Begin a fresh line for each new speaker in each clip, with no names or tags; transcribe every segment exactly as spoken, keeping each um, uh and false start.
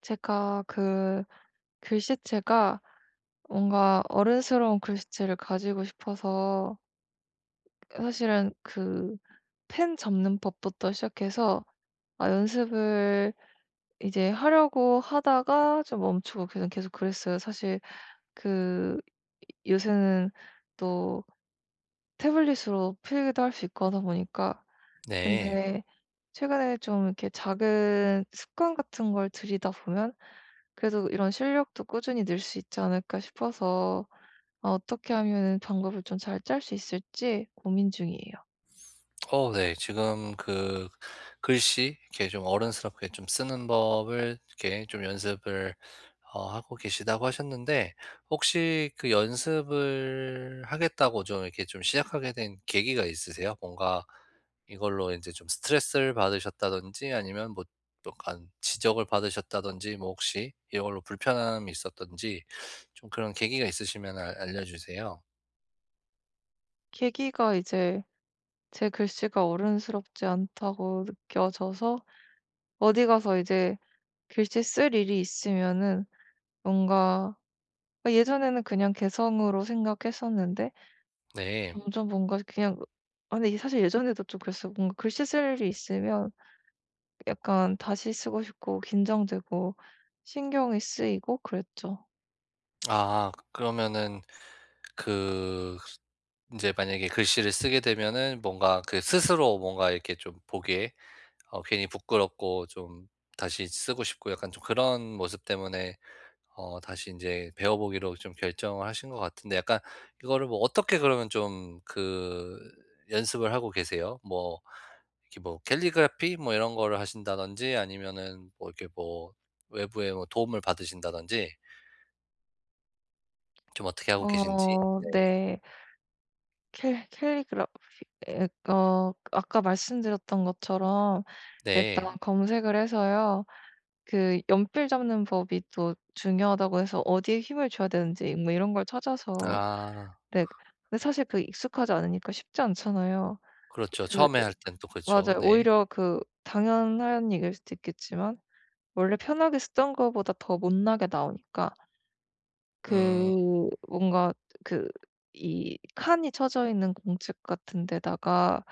제가 그 글씨체가, 뭔가 어른스러운 글씨체를 가지고 싶어서 사실은 그 펜 잡는 법부터 시작해서 아 연습을 이제 하려고 하다가 좀 멈추고 그냥 계속 그랬어요. 사실 그 요새는 또 태블릿으로 필기도 할 수 있고 하다 보니까. 네.
네.
근데 최근에 좀 이렇게 작은 습관 같은 걸 들이다 보면 그래도 이런 실력도 꾸준히 늘 수 있지 않을까 싶어서, 아 어떻게 하면 방법을 좀 잘 짤 수 있을지 고민 중이에요.
어 네. 지금 그 글씨 이렇게 좀 어른스럽게 좀 쓰는 법을 이렇게 좀 연습을 어 하고 계시다고 하셨는데, 혹시 그 연습을 하겠다고 좀 이렇게 좀 시작하게 된 계기가 있으세요? 뭔가 이걸로 이제 좀 스트레스를 받으셨다든지, 아니면 뭐 약간 지적을 받으셨다든지, 뭐 혹시 이걸로 불편함이 있었던지, 좀 그런 계기가 있으시면 알 알려 주세요.
계기가 이제, 제 글씨가 어른스럽지 않다고 느껴져서 어디 가서 이제 글씨 쓸 일이 있으면은 뭔가, 아 예전에는 그냥 개성으로 생각했었는데
네.
점점 뭔가 그냥, 아 근데 이게 사실 예전에도 좀 그랬어요. 뭔가 글씨 쓸 일이 있으면 약간 다시 쓰고 싶고 긴장되고 신경이 쓰이고 그랬죠.
아, 그러면은 그 이제 만약에 글씨를 쓰게 되면은 뭔가 그 스스로 뭔가 이렇게 좀 보기에 어 괜히 부끄럽고 좀 다시 쓰고 싶고 약간 좀 그런 모습 때문에 어 다시 이제 배워 보기로 좀 결정을 하신 것 같은데, 약간 이거를 뭐 어떻게 그러면 좀 그 연습을 하고 계세요? 뭐 이렇게 뭐 캘리그라피 뭐 이런 거를 하신다든지, 아니면은 뭐 이렇게 뭐 외부의 뭐 도움을 받으신다든지, 좀 어떻게 하고 계신지?
어
네.
네. 캘 캘리그라 예, 어 아까 말씀드렸던 것처럼
네.
일단 검색을 해서요. 그 연필 잡는 법이 또 중요하다고 해서 어디에 힘을 줘야 되는지 뭐 이런 걸 찾아서.
아,
네. 근데 사실 그 익숙하지 않으니까 쉽지 않잖아요.
그렇죠.
그
처음에 할 땐 또 그렇죠.
맞아요.
네.
오히려 그 당연한 얘기일 수도 있겠지만 원래 편하게 쓰던 거보다 더 못나게 나오니까
음
그 뭔가, 그 이 칸이 쳐져 있는 공책 같은 데다가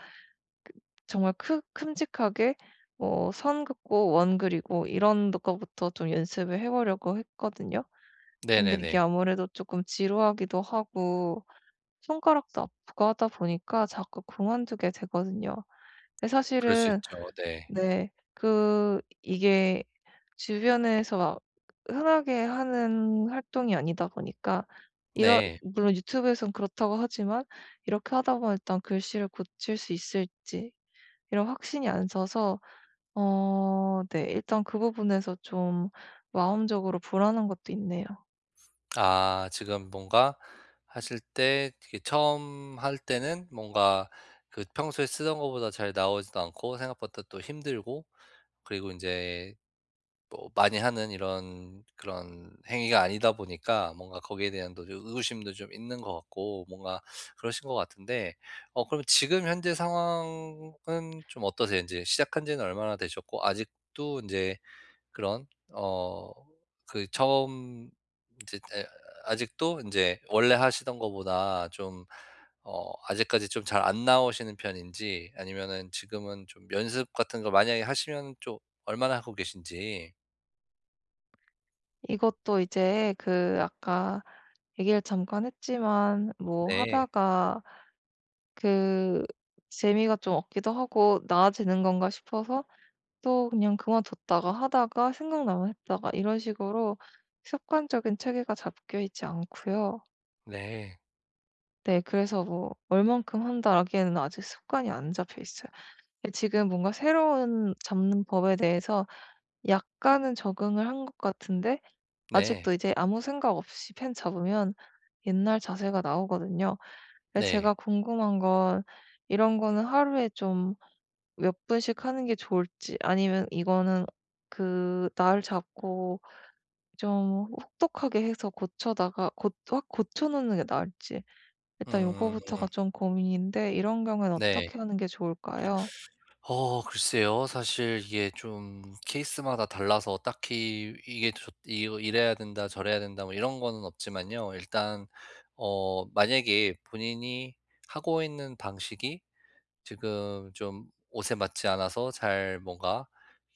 정말 크 큼직하게 뭐 선 긋고 원 그리고 이런 것부터 좀 연습을 해 보려고 했거든요. 근데 이게
네네네.
아무래도 조금 지루하기도 하고 손가락도 아프고 하다 보니까 자꾸 그만두게 되거든요. 근데
그럴 수
사실은
있죠. 네.
네. 그 이게 주변에서 막 흔하게 하는 활동이 아니다 보니까, 이런,
네.
물론 유튜브에선 그렇다고 하지만 이렇게 하다 보면 일단 글씨를 고칠 수 있을지 이런 확신이 안 서서 어 네. 일단 그 부분에서 좀 마음적으로 불안한 것도 있네요.
아, 지금 뭔가 하실 때 이게 처음 할 때는 뭔가 그 평소에 쓰던 거보다 잘 나오지도 않고 생각보다 또 힘들고, 그리고 인제 뭐 많이 하는 이런 그런 행위가 아니다 보니까 뭔가 거기에 대한 또 의구심도 좀 있는 것 같고, 뭔가 그러신 것 같은데, 어 그럼 지금 현재 상황은 좀 어떠세요? 인제 시작한 지는 얼마나 되셨고, 아직도 인제 그런, 어 그 처음 인제 에 아직도 인제 원래 하시던 거보다 좀, 어 아직까지 좀 잘 안 나오시는 편인지, 아니면은 지금은 좀 연습 같은 걸 만약에 하시면 좀 얼마나 하고 계신지?
이것도 이제, 그 아까 얘기를 잠깐 했지만 뭐
네.
하다가 그 재미가 좀 없기도 하고 '나아지는 건가?' 싶어서 또 그냥 그만뒀다가 하다가 생각나면 했다가, 이런 식으로 습관적인 체계가 잡혀 있지 않고요.
네.
네. 그래서 뭐 '얼만큼 한다.'라기에는 아직 습관이 안 잡혀 있어요. 예 지금 뭔가 새로운 잡는 법에 대해서 약간은 적응을 한 것 같은데 아직도
네.
이제 아무 생각 없이 펜 잡으면 옛날 자세가 나오거든요. 근데 제가
네.
궁금한 건, 이런 거는 하루에 좀 몇 분씩 하는 게 좋을지 아니면 이거는 그 날 잡고 좀 혹독하게 해서 고쳐다가 고 확 고쳐 놓는 게 나을지, 일단
음
요거부터가 좀 고민인데 이런 경우에는
네.
어떻게 하는 게 좋을까요?
어 글쎄요. 사실 이게 좀 케이스마다 달라서 딱히 이게 좋 이거 이래야 된다 저래야 된다 뭐 이런 거는 없지만요. 일단 어 만약에 본인이 하고 있는 방식이 지금 좀 옷에 맞지 않아서 잘 뭔가,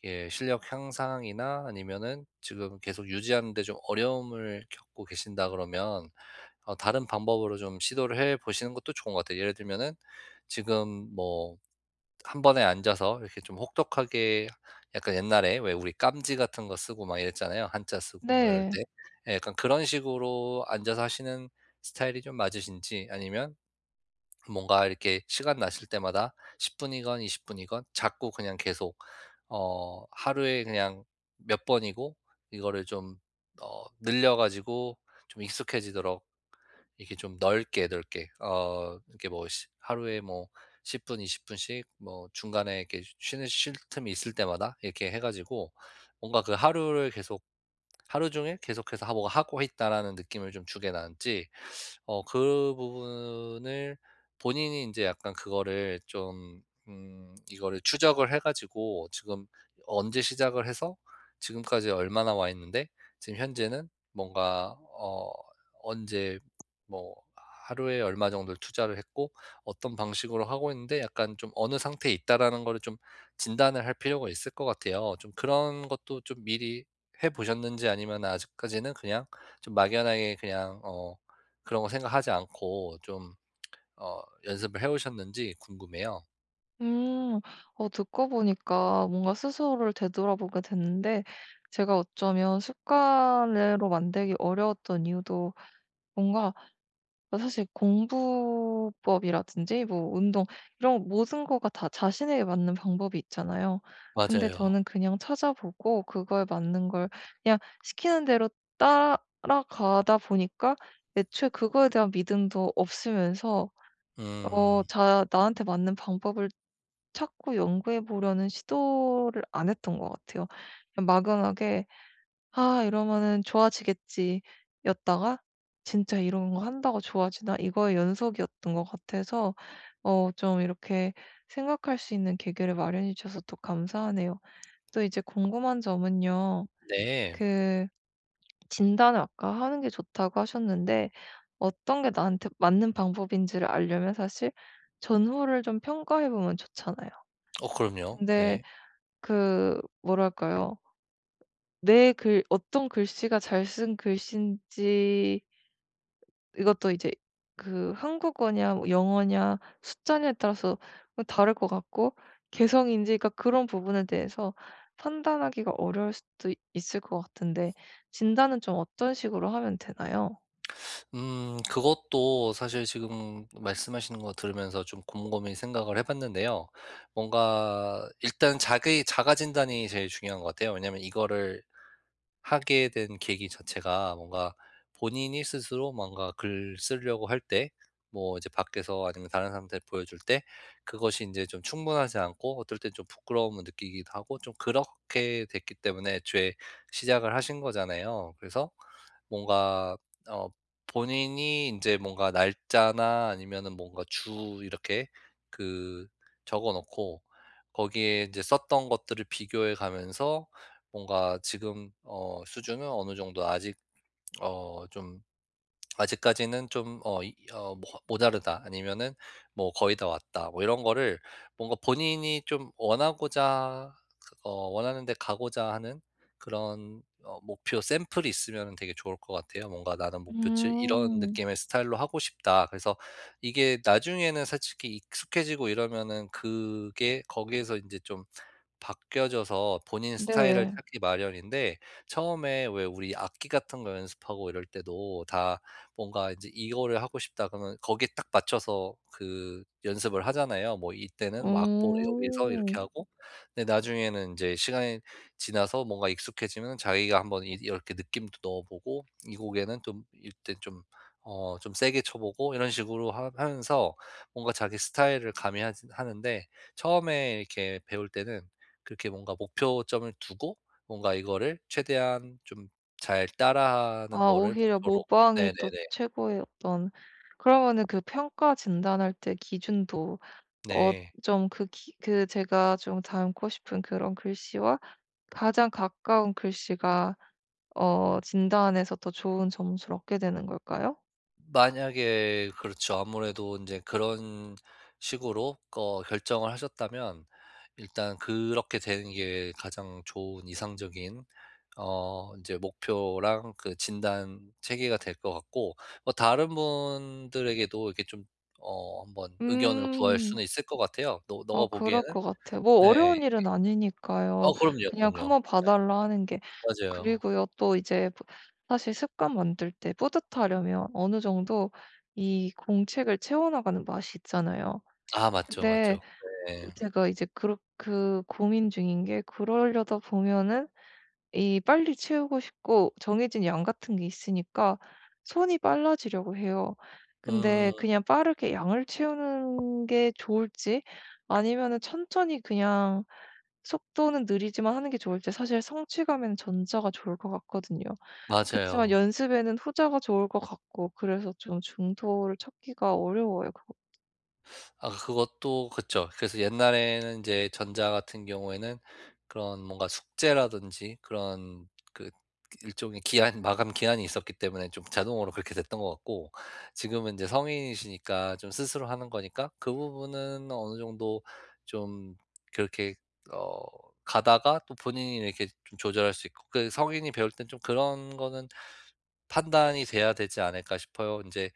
예, 실력 향상이나 아니면은 지금 계속 유지하는 데 좀 어려움을 겪고 계신다 그러면, 어 다른 방법으로 좀 시도를 해 보시는 것도 좋은 것 같아요. 예를 들면은 지금 뭐 한 번에 앉아서 이렇게 좀 혹독하게, 약간 옛날에 왜 우리 깜지 같은 거 쓰고 막 이랬잖아요, 한자 쓰고 뭐 이럴
네.
때. 예, 약간 그런 식으로 앉아서 하시는 스타일이 좀 맞으신지, 아니면 뭔가 이렇게 시간 나실 때마다 십 분이건 이십 분이건 자꾸 그냥 계속 어 하루에 그냥 몇 번이고 이거를 좀 어 늘려 가지고 좀 익숙해지도록, 이렇게 좀 넓게, 넓게 어 이렇게 뭐 시 하루에 뭐 십 분, 이십 분씩 뭐 중간에 이렇게 쉬는 쉴 틈이 있을 때마다 이렇게 해 가지고, 뭔가 그 하루를 계속 하루 종일 계속해서 하 하고 있다라는 느낌을 좀 주게 나는지, 어 그 부분을 본인이 이제 약간 그거를 좀, 음 이거를 추적을 해 가지고 지금 언제 시작을 해서 지금까지 얼마나 와 있는데, 지금 현재는 뭔가 어 언제 뭐 하루에 얼마 정도를 투자를 했고 어떤 방식으로 하고 있는데, 약간 좀 '어느 상태에 있다.'라는 거를 좀 진단을 할 필요가 있을 것 같아요. 좀 그런 것도 좀 미리 해 보셨는지, 아니면 아직까지는 그냥 좀 막연하게 그냥 어 그런 거 생각하지 않고 좀 어 연습을 해 오셨는지 궁금해요.
음. 어 듣고 보니까 뭔가 스스로를 되돌아보게 됐는데, 제가 어쩌면 습관으로 만들기 어려웠던 이유도 뭔가, 사실 공부법이라든지 뭐 운동, 이런 모든 거가 다 자신에게 맞는 방법이 있잖아요. 근데
맞아요.
저는 그냥 찾아보고 그거에 맞는 걸 그냥 시키는 대로 따라가다 보니까, 애초에 그거에 대한 믿음도 없으면서 어
음.
자 나한테 맞는 방법을 찾고 연구해 보려는 시도를 안 했던 것 같아요. 그냥 막연하게 '아 이러면은 좋아지겠지.' 였다가 진짜 '이런 거 한다고 좋아지나?' 이거의 연속이었던 것 같아서, 어 좀 이렇게 생각할 수 있는 계기를 마련해 주셔서 또 감사하네요. 또 이제 궁금한 점은요.
네.
그 진단을 아까 하는 게 좋다고 하셨는데, 어떤 게 나한테 맞는 방법인지를 알려면 사실 전후를 좀 평가해 보면 좋잖아요.
어 그럼요.
근데
네.
그 뭐랄까요? 내 글 어떤 글씨가 잘 쓴 글씨인지, 이것도 이제 그 한국어냐 뭐 영어냐 숫자냐에 따라서 뭐 다를 것 같고, 개성인지 그러니까 그런 부분에 대해서 판단하기가 어려울 수도 있을 것 같은데, 진단은 좀 어떤 식으로 하면 되나요?
음 그것도 사실 지금 말씀하시는 거 들으면서 좀 곰곰이 생각을 해 봤는데요. 뭔가 일단 자기 자가 진단이 제일 중요한 것 같아요. 왜냐면 이거를 하게 된 계기 자체가, 뭔가 본인이 스스로 뭔가 글 쓰려고 할 때, 뭐 이제 밖에서 아니면 다른 사람한테 보여줄 때 그것이 이제 좀 충분하지 않고 어떨 땐 좀 부끄러움을 느끼기도 하고 좀 그렇게 됐기 때문에 애초에 시작을 하신 거잖아요. 그래서 뭔가 어 본인이 인제 뭔가 날짜나 아니면은 뭔가 주 이렇게 그 적어 놓고 거기에 인제 썼던 것들을 비교해 가면서 뭔가 지금 어 수준은 어느 정도 아직 어좀 아직까지는 좀 어 이 어 모- '모자르다.' 아니면은 뭐 '거의 다 왔다.' 뭐 이런 거를, 뭔가 본인이 좀 원하고자 그- 어 원하는 데 가고자 하는 그런 어 목표 샘플이 있으면 되게 좋을 것 같아요. 뭔가 '나는 목표치 이런
음.
느낌의 스타일로 하고 싶다.' 그래서 이게 나중에는 솔직히 익숙해지고 이러면은 그게 거기에서 이제좀 바뀌어져서 본인 스타일을
네.
찾기 마련인데, 처음에 왜 우리 악기 같은 거 연습하고 이럴 때도 다 뭔가 이제 '이거를 하고 싶다.' 그러면 거기에 딱 맞춰서 그 연습을 하잖아요. 뭐 이때는 뭐 악보를 여기서
오,
이렇게 하고, 근데 나중에는 이제 시간이 지나서 뭔가 익숙해지면 자기가 한번 이 이렇게 느낌도 넣어보고 이 곡에는 좀 이때 좀 어 좀 세게 쳐보고 이런 식으로 하면서 뭔가 자기 스타일을 가미 하는데, 처음에 이렇게 배울 때는 그렇게 뭔가 목표점을 두고 뭔가 이거를 최대한 좀 잘 따라하는
아
거를
오히려
목표로.
모방이
네네네.
또 최고의 어떤. 그러면은 그 평가 진단할 때 기준도 어
네.
좀 그 기 그 제가 좀 닮고 싶은 그런 글씨와 가장 가까운 글씨가 어 진단에서 더 좋은 점수를 얻게 되는 걸까요?
만약에 그렇죠. 아무래도 인제 그런 식으로 어 결정을 하셨다면 일단 그렇게 되는 게 가장 좋은 이상적인 어 인제 목표랑 그 진단 체계가 될 것 같고, 뭐 다른 분들에게도 이렇게 좀 어 한번 의견을 구할
음.
수는 있을 것 같아요. 너
어
너가
그럴
보기에는?
것 같아요. 뭐
네.
어려운 일은
어
아니니까요.
그럼요,
그냥
그럼요.
"한번 봐 달라." 하는 게.
맞아요.
그리고요 또 이제 뿌- 사실 습관 만들 때 뿌듯하려면 어느 정도 이 공책을 채워나가는 맛이 있잖아요.
아, 맞죠,
근데
맞죠. 네.
제가 이제 그렇 그 고민 중인 게, 그러려다 보면은 이 빨리 채우고 싶고 정해진 양 같은 게 있으니까 손이 빨라지려고 해요. 근데
음
그냥 빠르게 양을 채우는 게 좋을지 아니면은 천천히 그냥 속도는 느리지만 하는 게 좋을지, 사실 성취감에는 전자가 좋을 것 같거든요. 그치만
맞아요.
연습에는 후자가 좋을 것 같고, 그래서 좀 중도를 찾기가 어려워요. 그-
아, 그것도 그쵸. 그래서 옛날에는 인제 전자 같은 경우에는 그런 뭔가 숙제라든지 그런 그 일종의 기한 마감 기한이 있었기 때문에 좀 자동으로 그렇게 됐던 것 같고, 지금은 인제 성인이시니까 좀 스스로 하는 거니까 그 부분은 어느 정도 좀 그렇게 어 가다가 또 본인이 이렇게 좀 조절할 수 있고 그 성인이 배울 땐 좀 그런 거는 판단이 돼야 되지 않을까 싶어요. 이제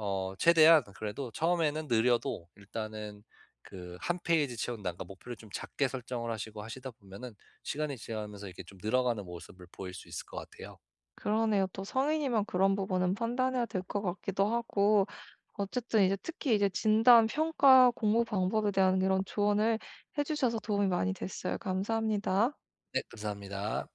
어 최대한 그래도 처음에는 느려도 일단은 그 한 페이지 채운다니까 목표를 좀 작게 설정을 하시고 하시다 보면은 시간이 지나면서 이렇게 좀 늘어가는 모습을 보일 수 있을 것 같아요.
그러네요. 또 성인이면 그런 부분은 판단해야 될 것 같기도 하고, 어쨌든 이제 특히 이제 진단, 평가, 공부 방법에 대한 이런 조언을 해 주셔서 도움이 많이 됐어요. 감사합니다.
네, 감사합니다.